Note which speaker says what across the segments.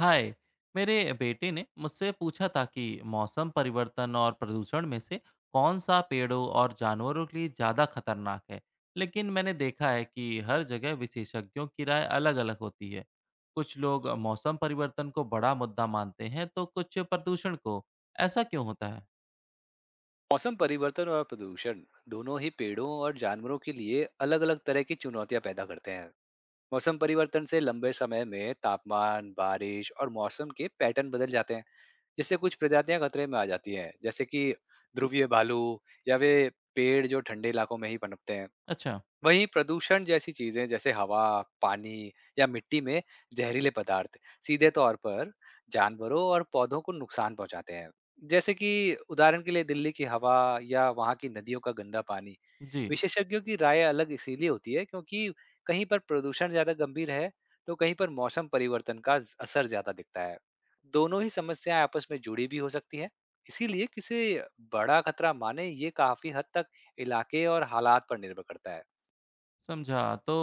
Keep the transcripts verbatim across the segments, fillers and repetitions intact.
Speaker 1: हाय। मेरे बेटे ने मुझसे पूछा था कि मौसम परिवर्तन और प्रदूषण में से कौन सा पेड़ों और जानवरों के लिए ज़्यादा खतरनाक है। लेकिन मैंने देखा है कि हर जगह विशेषज्ञों की राय अलग-अलग होती है। कुछ लोग मौसम परिवर्तन को बड़ा मुद्दा मानते हैं तो कुछ प्रदूषण को। ऐसा क्यों होता है?
Speaker 2: मौसम परिवर्तन और प्रदूषण दोनों ही पेड़ों और जानवरों के लिए अलग अलग तरह की चुनौतियां पैदा करते हैं। मौसम परिवर्तन से लंबे समय में तापमान बारिश और मौसम के पैटर्न बदल जाते हैं, जिससे कुछ प्रजातियां खतरे में आ जाती हैं जैसे कि ध्रुवीय भालू या वे पेड़ जो ठंडे इलाकों में ही पनपते हैं।
Speaker 1: अच्छा।
Speaker 2: वहीं प्रदूषण जैसी चीजें जैसे हवा, पानी या मिट्टी में जहरीले पदार्थ सीधे तौर पर जानवरों और पौधों को नुकसान पहुंचाते हैं। जैसे कि उदाहरण के लिए दिल्ली की हवा या वहां की नदियों का गंदा पानी।
Speaker 1: जी।
Speaker 2: विशेषज्ञों की राय अलग इसीलिए होती है क्योंकि कहीं पर प्रदूषण ज्यादा गंभीर है तो कहीं पर मौसम परिवर्तन का ज- असर ज्यादा दिखता है। दोनों ही समस्याएं आपस में जुड़ी भी हो सकती हैं। इसीलिए किसे बड़ा खतरा माने ये काफी हद तक इलाके और हालात पर निर्भर करता है।
Speaker 1: समझा। तो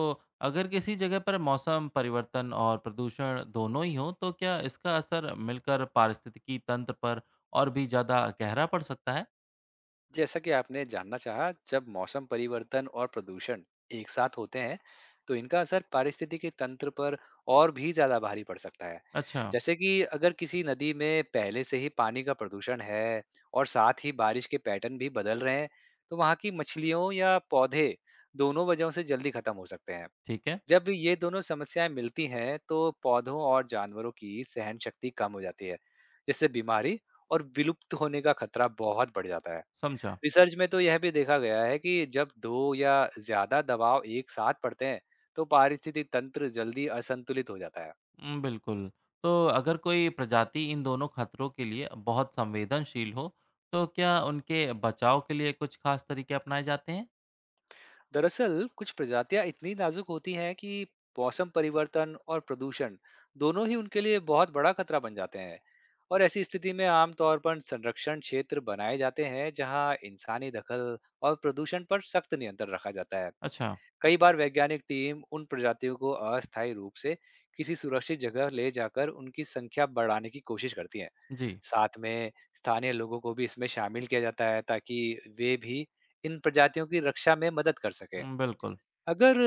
Speaker 1: अगर किसी जगह पर मौसम परिवर्तन और प्रदूषण दोनों ही हों, तो क्या इसका असर मिलकर पारिस्थितिकी तंत्र पर और भी ज़्यादा गहरा पड़ सकता है?
Speaker 2: जैसा कि आपने जानना चाहा, जब मौसम परिवर्तन और प्रदूषण एक साथ होते हैं, तो इनका असर पारिस्थितिकी तंत्र पर और भी ज्यादा भारी पड़ सकता है।
Speaker 1: अच्छा।
Speaker 2: जैसे कि अगर किसी नदी में पहले से ही पानी का प्रदूषण है और साथ ही बारिश के पैटर्न भी बदल रहे हैं, तो वहाँ की मछलियों या पौधे दोनों वजहों से जल्दी खत्म हो सकते हैं।
Speaker 1: ठीक है।
Speaker 2: जब ये दोनों समस्याएं मिलती हैं, तो पौधों और जानवरों की सहन शक्ति कम हो जाती है, जिससे बीमारी और विलुप्त होने का खतरा बहुत बढ़ जाता है।
Speaker 1: समझा।
Speaker 2: रिसर्च में तो यह भी देखा गया है कि जब दो या ज्यादा दबाव एक साथ पड़ते हैं तो पारिस्थितिक तंत्र जल्दी असंतुलित हो जाता है।
Speaker 1: उम, बिल्कुल। तो अगर कोई प्रजाति इन दोनों खतरों के लिए बहुत संवेदनशील हो, तो क्या उनके बचाव के लिए कुछ खास तरीके अपनाए जाते हैं?
Speaker 2: दरअसल कुछ प्रजातियां इतनी नाजुक होती हैं कि मौसम परिवर्तन और प्रदूषण दोनों ही उनके लिए बहुत बड़ा खतरा बन जाते हैं। और ऐसी स्थिति में आमतौर पर संरक्षण क्षेत्र बनाए जाते हैं जहां इंसानी दखल और प्रदूषण पर सख्त नियंत्रण रखा जाता है।
Speaker 1: अच्छा।
Speaker 2: कई बार वैज्ञानिक टीम उन प्रजातियों को अस्थायी रूप से किसी सुरक्षित जगह ले जाकर उनकी संख्या बढ़ाने की कोशिश करती है।
Speaker 1: जी।
Speaker 2: साथ में स्थानीय लोगों को भी इसमें शामिल किया जाता है ताकि वे भी इन प्रजातियों की रक्षा में मदद कर सकें।
Speaker 1: उम, बिल्कुल।
Speaker 2: अगर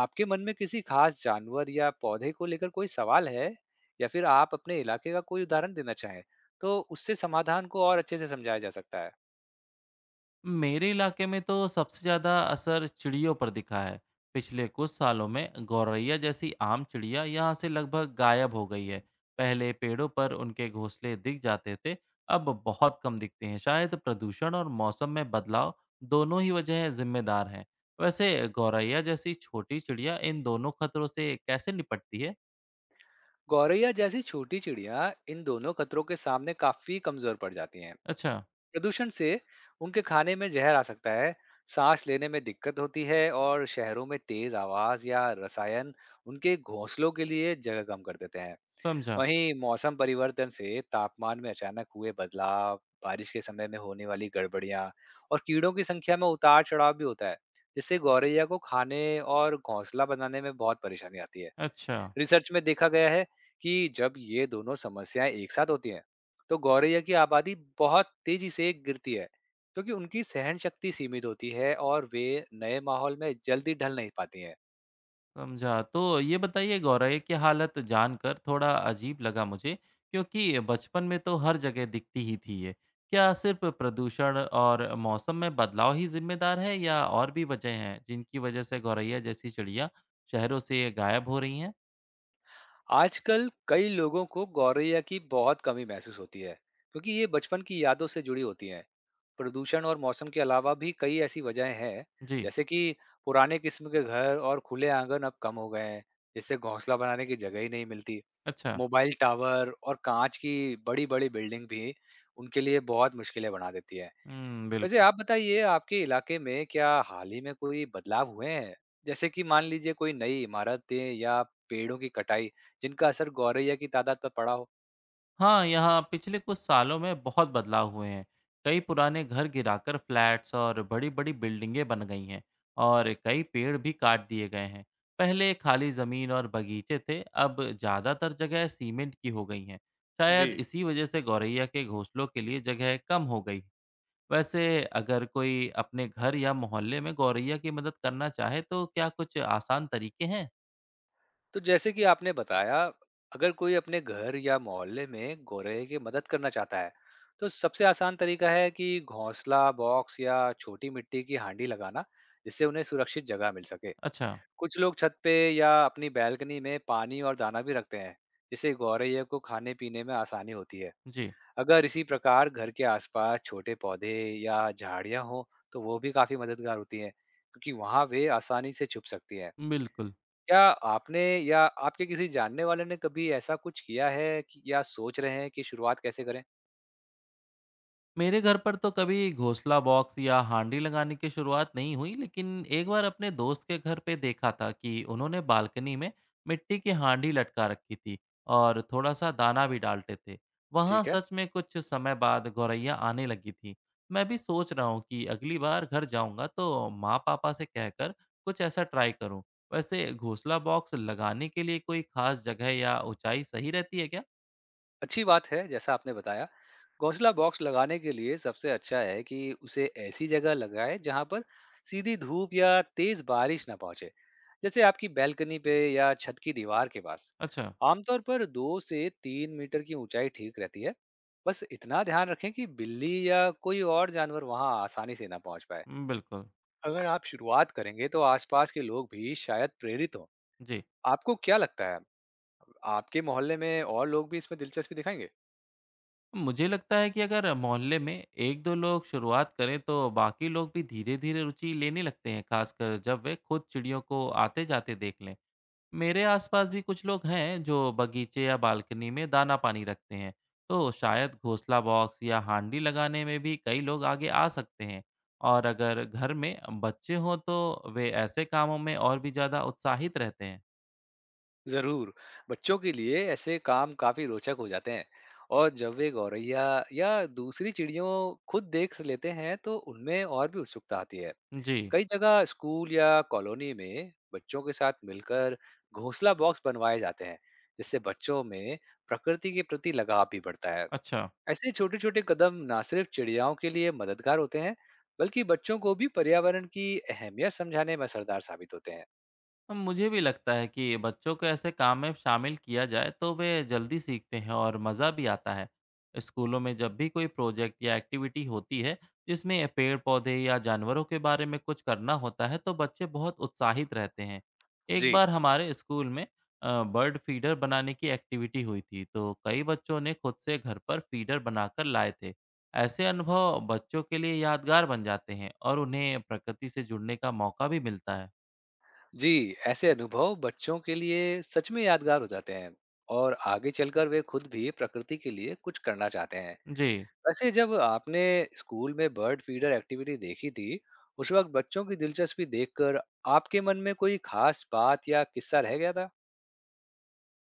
Speaker 2: आपके मन में किसी खास जानवर या पौधे को लेकर कोई सवाल है या फिर आप अपने इलाके का कोई उदाहरण देना चाहें तो उससे समाधान को और अच्छे से समझाया जा सकता है।
Speaker 1: मेरे इलाके में तो सबसे ज़्यादा असर चिड़ियों पर दिखा है। पिछले कुछ सालों में गौरैया जैसी आम चिड़िया यहाँ से लगभग गायब हो गई है। पहले पेड़ों पर उनके घोंसले दिख जाते थे, अब बहुत कम दिखते हैं। शायद प्रदूषण और मौसम में बदलाव दोनों ही वजह जिम्मेदार हैं। वैसे गौरैया जैसी छोटी चिड़िया इन दोनों खतरों से कैसे निपटती है?
Speaker 2: गौरैया जैसी छोटी चिड़िया इन दोनों खतरों के सामने काफी कमजोर पड़ जाती हैं।
Speaker 1: अच्छा।
Speaker 2: प्रदूषण से उनके खाने में जहर आ सकता है, सांस लेने में दिक्कत होती है और शहरों में तेज आवाज या रसायन उनके घोंसलों के लिए जगह कम कर देते हैं।
Speaker 1: समझा।
Speaker 2: वहीं मौसम परिवर्तन से तापमान में अचानक हुए बदलाव, बारिश के समय में होने वाली गड़बड़ियां और कीड़ों की संख्या में उतार चढ़ाव भी होता है, जिससे गौरैया को खाने और घोंसला बनाने में बहुत परेशानी आती है।
Speaker 1: अच्छा।
Speaker 2: रिसर्च में देखा गया है कि जब ये दोनों समस्याएं एक साथ होती हैं, तो गौरैया की आबादी बहुत तेजी से गिरती है, क्योंकि उनकी सहन शक्ति सीमित होती है और वे नए माहौल में जल्दी ढल नहीं पाती हैं।
Speaker 1: समझा। तो ये बताइए गौरव ये की हालत जानकर थोड़ा अजीब लगा मुझे क्योंकि बचपन में तो हर जगह दिखती ही थी ये। क्या सिर्फ प्रदूषण और मौसम में बदलाव ही जिम्मेदार है या और भी वजह हैं जिनकी वजह से गौरैया जैसी चिड़िया शहरों से गायब हो रही हैं?
Speaker 2: आजकल कई लोगों को गौरैया की बहुत कमी महसूस होती है, क्योंकि ये बचपन की यादों से जुड़ी होती हैं। प्रदूषण और मौसम के अलावा भी कई ऐसी वजहें हैं,
Speaker 1: जी।
Speaker 2: जैसे कि पुराने किस्म के घर और खुले आंगन अब कम हो गए हैं, जिससे घोंसला बनाने की जगह ही नहीं मिलती।
Speaker 1: अच्छा।
Speaker 2: मोबाइल टावर और कांच की बड़ी-बड़ी बिल्डिंग भी उनके लिए बहुत मुश्किलें बना देती है।
Speaker 1: हुँ,
Speaker 2: वैसे
Speaker 1: बिल्कुल।
Speaker 2: आप बताइए, आपके इलाके में क्या हाल ही में कोई बदलाव हुए हैं? जैसे कि मान लीजिए कोई नई इमारतें या पेड़ों की कटाई जिनका असर गौरैया की तादाद पर पड़ा हो?
Speaker 1: हाँ, यहाँ पिछले कुछ सालों में बहुत बदलाव हुए हैं। कई पुराने घर गिराकर फ्लैट्स और बड़ी-बड़ी बिल्डिंगें बन गई हैं और कई पेड़ भी काट दिए गए हैं। पहले खाली ज़मीन और बगीचे थे, अब ज़्यादातर जगह सीमेंट की हो गई हैं।
Speaker 2: जी।
Speaker 1: शायद इसी वजह से गौरैया के घोंसलों के लिए जगह कम हो गई। वैसे अगर कोई अपने घर या मोहल्ले में गौरैया की मदद करना चाहे तो क्या कुछ आसान तरीके हैं?
Speaker 2: तो जैसे कि आपने बताया, अगर कोई अपने घर या मोहल्ले में गौरैया की मदद करना चाहता है तो सबसे आसान तरीका है कि घोंसला बॉक्स या छोटी मिट्टी की हांडी लगाना, जिससे उन्हें सुरक्षित जगह मिल सके।
Speaker 1: अच्छा।
Speaker 2: कुछ लोग छत पे या अपनी बैल्कनी में पानी और दाना भी रखते हैं, जिससे गौरैया को खाने पीने में आसानी होती है।
Speaker 1: जी।
Speaker 2: अगर इसी प्रकार घर के आसपास छोटे पौधे या झाड़ियाँ हों तो वो भी काफी मददगार होती हैं क्योंकि वहाँ वे आसानी से छुप सकती हैं।
Speaker 1: बिल्कुल।
Speaker 2: क्या आपने या आपके किसी जानने वाले ने कभी ऐसा कुछ किया है, कि या सोच रहे हैं कि शुरुआत कैसे करें?
Speaker 1: मेरे घर पर तो कभी घोंसला बॉक्स या हांडी लगाने की शुरुआत नहीं हुई, लेकिन एक बार अपने दोस्त के घर पे देखा था कि उन्होंने बालकनी में मिट्टी की हांडी लटका रखी थी और थोड़ा सा दाना भी डालते थे। वहाँ
Speaker 2: ठीक है।
Speaker 1: सच में कुछ समय बाद गौरैया आने लगी थी। मैं भी सोच रहा हूँ कि अगली बार घर जाऊँगा तो माँ पापा से कहकर कुछ ऐसा ट्राई करूँ। वैसे घोंसला बॉक्स लगाने के लिए कोई खास जगह या ऊंचाई सही रहती है क्या?
Speaker 2: अच्छी बात है, जैसा आपने बताया। घोंसला बॉक्स लगाने के लिए सबसे अच्छा है कि उसे ऐसी जगह लगाएँ जहाँ पर सीधी धूप या तेज़ बारिश ना पहुँचे, जैसे आपकी बैल्कनी पे या छत की दीवार के पास।
Speaker 1: अच्छा।
Speaker 2: आमतौर पर दो से तीन मीटर की ऊँचाई ठीक रहती है। बस इतना ध्यान रखें कि बिल्ली या कोई और जानवर वहाँ आसानी से ना पहुँच पाए।
Speaker 1: बिल्कुल।
Speaker 2: अगर आप शुरुआत करेंगे तो आसपास के लोग भी शायद प्रेरित हों।
Speaker 1: जी।
Speaker 2: आपको क्या लगता है, आपके मोहल्ले में और लोग भी इसमें दिलचस्पी दिखाएँगे?
Speaker 1: मुझे लगता है कि अगर मोहल्ले में एक दो लोग शुरुआत करें तो बाकी लोग भी धीरे धीरे रुचि लेने लगते हैं, खासकर जब वे खुद चिड़ियों को आते जाते देख लें। मेरे आसपास भी कुछ लोग हैं जो बगीचे या बालकनी में दाना पानी रखते हैं, तो शायद घोंसला बॉक्स या हांडी लगाने में भी कई लोग आगे आ सकते हैं। और अगर घर में बच्चे हों तो वे ऐसे कामों में और भी ज़्यादा उत्साहित रहते हैं।
Speaker 2: जरूर। बच्चों के लिए ऐसे काम काफी रोचक हो जाते हैं और जब वे गौरैया या दूसरी चिड़ियों खुद देख लेते हैं तो उनमें और भी उत्सुकता आती है।
Speaker 1: जी।
Speaker 2: कई जगह स्कूल या कॉलोनी में बच्चों के साथ मिलकर घोंसला बॉक्स बनवाए जाते हैं, जिससे बच्चों में प्रकृति के प्रति लगाव भी बढ़ता है।
Speaker 1: अच्छा।
Speaker 2: ऐसे छोटे छोटे कदम ना सिर्फ चिड़ियाओं के लिए मददगार होते हैं, बल्कि बच्चों को भी पर्यावरण की अहमियत समझाने में असरदार साबित होते हैं।
Speaker 1: तो मुझे भी लगता है कि बच्चों को ऐसे काम में शामिल किया जाए तो वे जल्दी सीखते हैं और मज़ा भी आता है। स्कूलों में जब भी कोई प्रोजेक्ट या एक्टिविटी होती है जिसमें पेड़ पौधे या जानवरों के बारे में कुछ करना होता है तो बच्चे बहुत उत्साहित रहते हैं। एक
Speaker 2: जी।
Speaker 1: बार हमारे स्कूल में बर्ड फीडर बनाने की एक्टिविटी हुई थी तो कई बच्चों ने खुद से घर पर फीडर बनाकर लाए थे। ऐसे अनुभव बच्चों के लिए यादगार बन जाते हैं और उन्हें प्रकृति से जुड़ने का मौका भी मिलता है।
Speaker 2: जी, ऐसे अनुभव बच्चों के लिए सच में यादगार हो जाते हैं और आगे चलकर वे खुद भी प्रकृति के लिए कुछ करना चाहते हैं।
Speaker 1: जी।
Speaker 2: वैसे जब आपने स्कूल में बर्ड फीडर एक्टिविटी देखी थी, उस वक्त बच्चों की दिलचस्पी देखकर आपके मन में कोई खास बात या किस्सा रह गया था?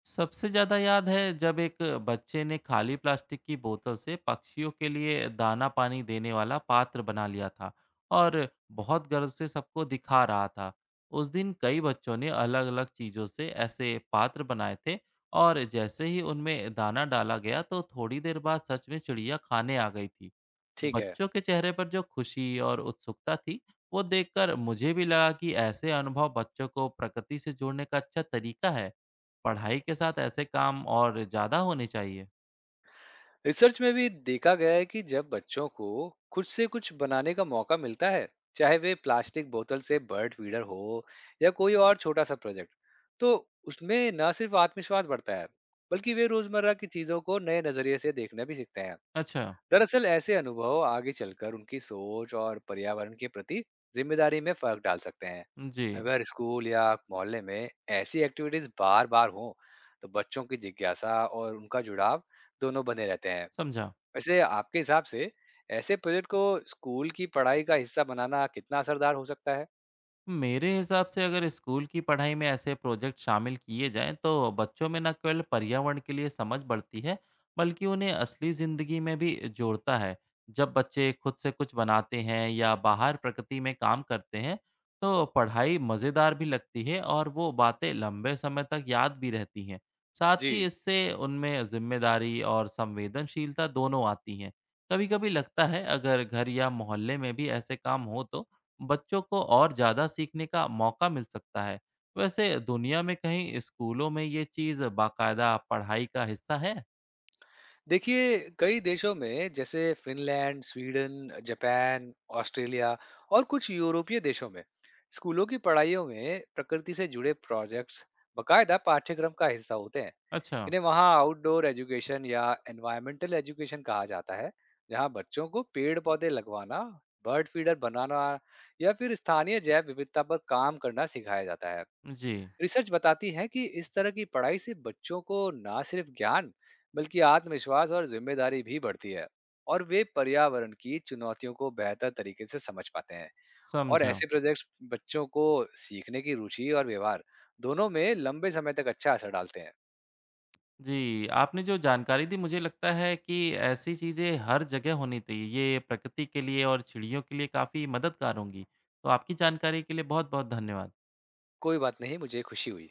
Speaker 1: सबसे ज़्यादा याद है जब एक बच्चे ने खाली प्लास्टिक की बोतल से पक्षियों के लिए दाना पानी देने वाला पात्र बना लिया था और बहुत गर्व से सबको दिखा रहा था। उस दिन कई बच्चों ने अलग-अलग चीज़ों से ऐसे पात्र बनाए थे और जैसे ही उनमें दाना डाला गया तो थोड़ी देर बाद सच में चिड़िया खाने आ गई थी।
Speaker 2: ठीक है।
Speaker 1: बच्चों के चेहरे पर जो खुशी और उत्सुकता थी, वो देखकर मुझे भी लगा कि ऐसे अनुभव बच्चों को प्रकृति से जोड़ने का अच्छा तरीका है। पढ़ाई के साथ ऐसे काम और ज़्यादा होने चाहिए?
Speaker 2: रिसर्च में भी देखा गया है कि जब बच्चों को खुद से कुछ बनाने का मौका मिलता है, चाहे वे प्लास्टिक बोतल से बर्ड फीडर हो या कोई और छोटा सा प्रोजेक्ट, तो उसमें न सिर्फ आत्मविश्वास बढ़ता है, बल्कि वे रोजमर्रा की चीजों को नए नजरिए से देखना भी सीखते हैं।
Speaker 1: अच्छा।
Speaker 2: दरअसल ऐसे अनुभव आगे चलकर उनकी सोच और पर्यावरण के प्रति जिम्मेदारी में फर्क डाल सकते हैं।
Speaker 1: जी।
Speaker 2: अगर स्कूल या मोहल्ले में ऐसी एक्टिविटीज बार बार हों तो बच्चों की जिज्ञासा और उनका जुड़ाव दोनों बने रहते हैं।
Speaker 1: समझा।
Speaker 2: वैसे आपके हिसाब से ऐसे प्रोजेक्ट को स्कूल की पढ़ाई का हिस्सा बनाना कितना असरदार हो सकता है?
Speaker 1: मेरे हिसाब से अगर स्कूल की पढ़ाई में ऐसे प्रोजेक्ट शामिल किए जाएं तो बच्चों में न केवल पर्यावरण के लिए समझ बढ़ती है बल्कि उन्हें असली ज़िंदगी में भी जोड़ता है। जब बच्चे खुद से कुछ बनाते हैं या बाहर प्रकृति में काम करते हैं तो पढ़ाई मज़ेदार भी लगती है और वो बातें लंबे समय तक याद भी रहती हैं। साथ ही
Speaker 2: जी
Speaker 1: इससे उनमें जिम्मेदारी और संवेदनशीलता दोनों आती हैं। कभी-कभी लगता है अगर घर या मोहल्ले में भी ऐसे काम हो तो बच्चों को और ज़्यादा सीखने का मौका मिल सकता है। वैसे दुनिया में कहीं स्कूलों में ये चीज़ बाकायदा पढ़ाई का हिस्सा है?
Speaker 2: देखिए, कई देशों में जैसे फिनलैंड, स्वीडन, जापान, ऑस्ट्रेलिया और कुछ यूरोपीय देशों में स्कूलों की पढ़ाइयों में प्रकृति से जुड़े प्रोजेक्ट्स बकायदा पाठ्यक्रम का हिस्सा होते हैं।
Speaker 1: अच्छा।
Speaker 2: इन्हें वहाँ आउटडोर एजुकेशन या एनवायरमेंटल एजुकेशन कहा जाता है, जहाँ बच्चों को पेड़ पौधे लगवाना, बर्ड फीडर बनाना या फिर स्थानीय जैव विविधता पर काम करना सिखाया जाता है।
Speaker 1: जी।
Speaker 2: रिसर्च बताती है कि इस तरह की पढ़ाई से बच्चों को ना सिर्फ ज्ञान बल्कि आत्मविश्वास और जिम्मेदारी भी बढ़ती है और वे पर्यावरण की चुनौतियों को बेहतर तरीके से समझ पाते हैं। और
Speaker 1: समझा।
Speaker 2: ऐसे प्रोजेक्ट्स बच्चों को सीखने की रुचि और व्यवहार दोनों में लंबे समय तक अच्छा असर डालते हैं।
Speaker 1: जी, आपने जो जानकारी दी मुझे लगता है कि ऐसी चीज़ें हर जगह होनी चाहिए। ये प्रकृति के लिए और चिड़ियों के लिए काफ़ी मददगार होंगी। तो आपकी जानकारी के लिए बहुत-बहुत धन्यवाद।
Speaker 2: कोई बात नहीं, मुझे खुशी हुई।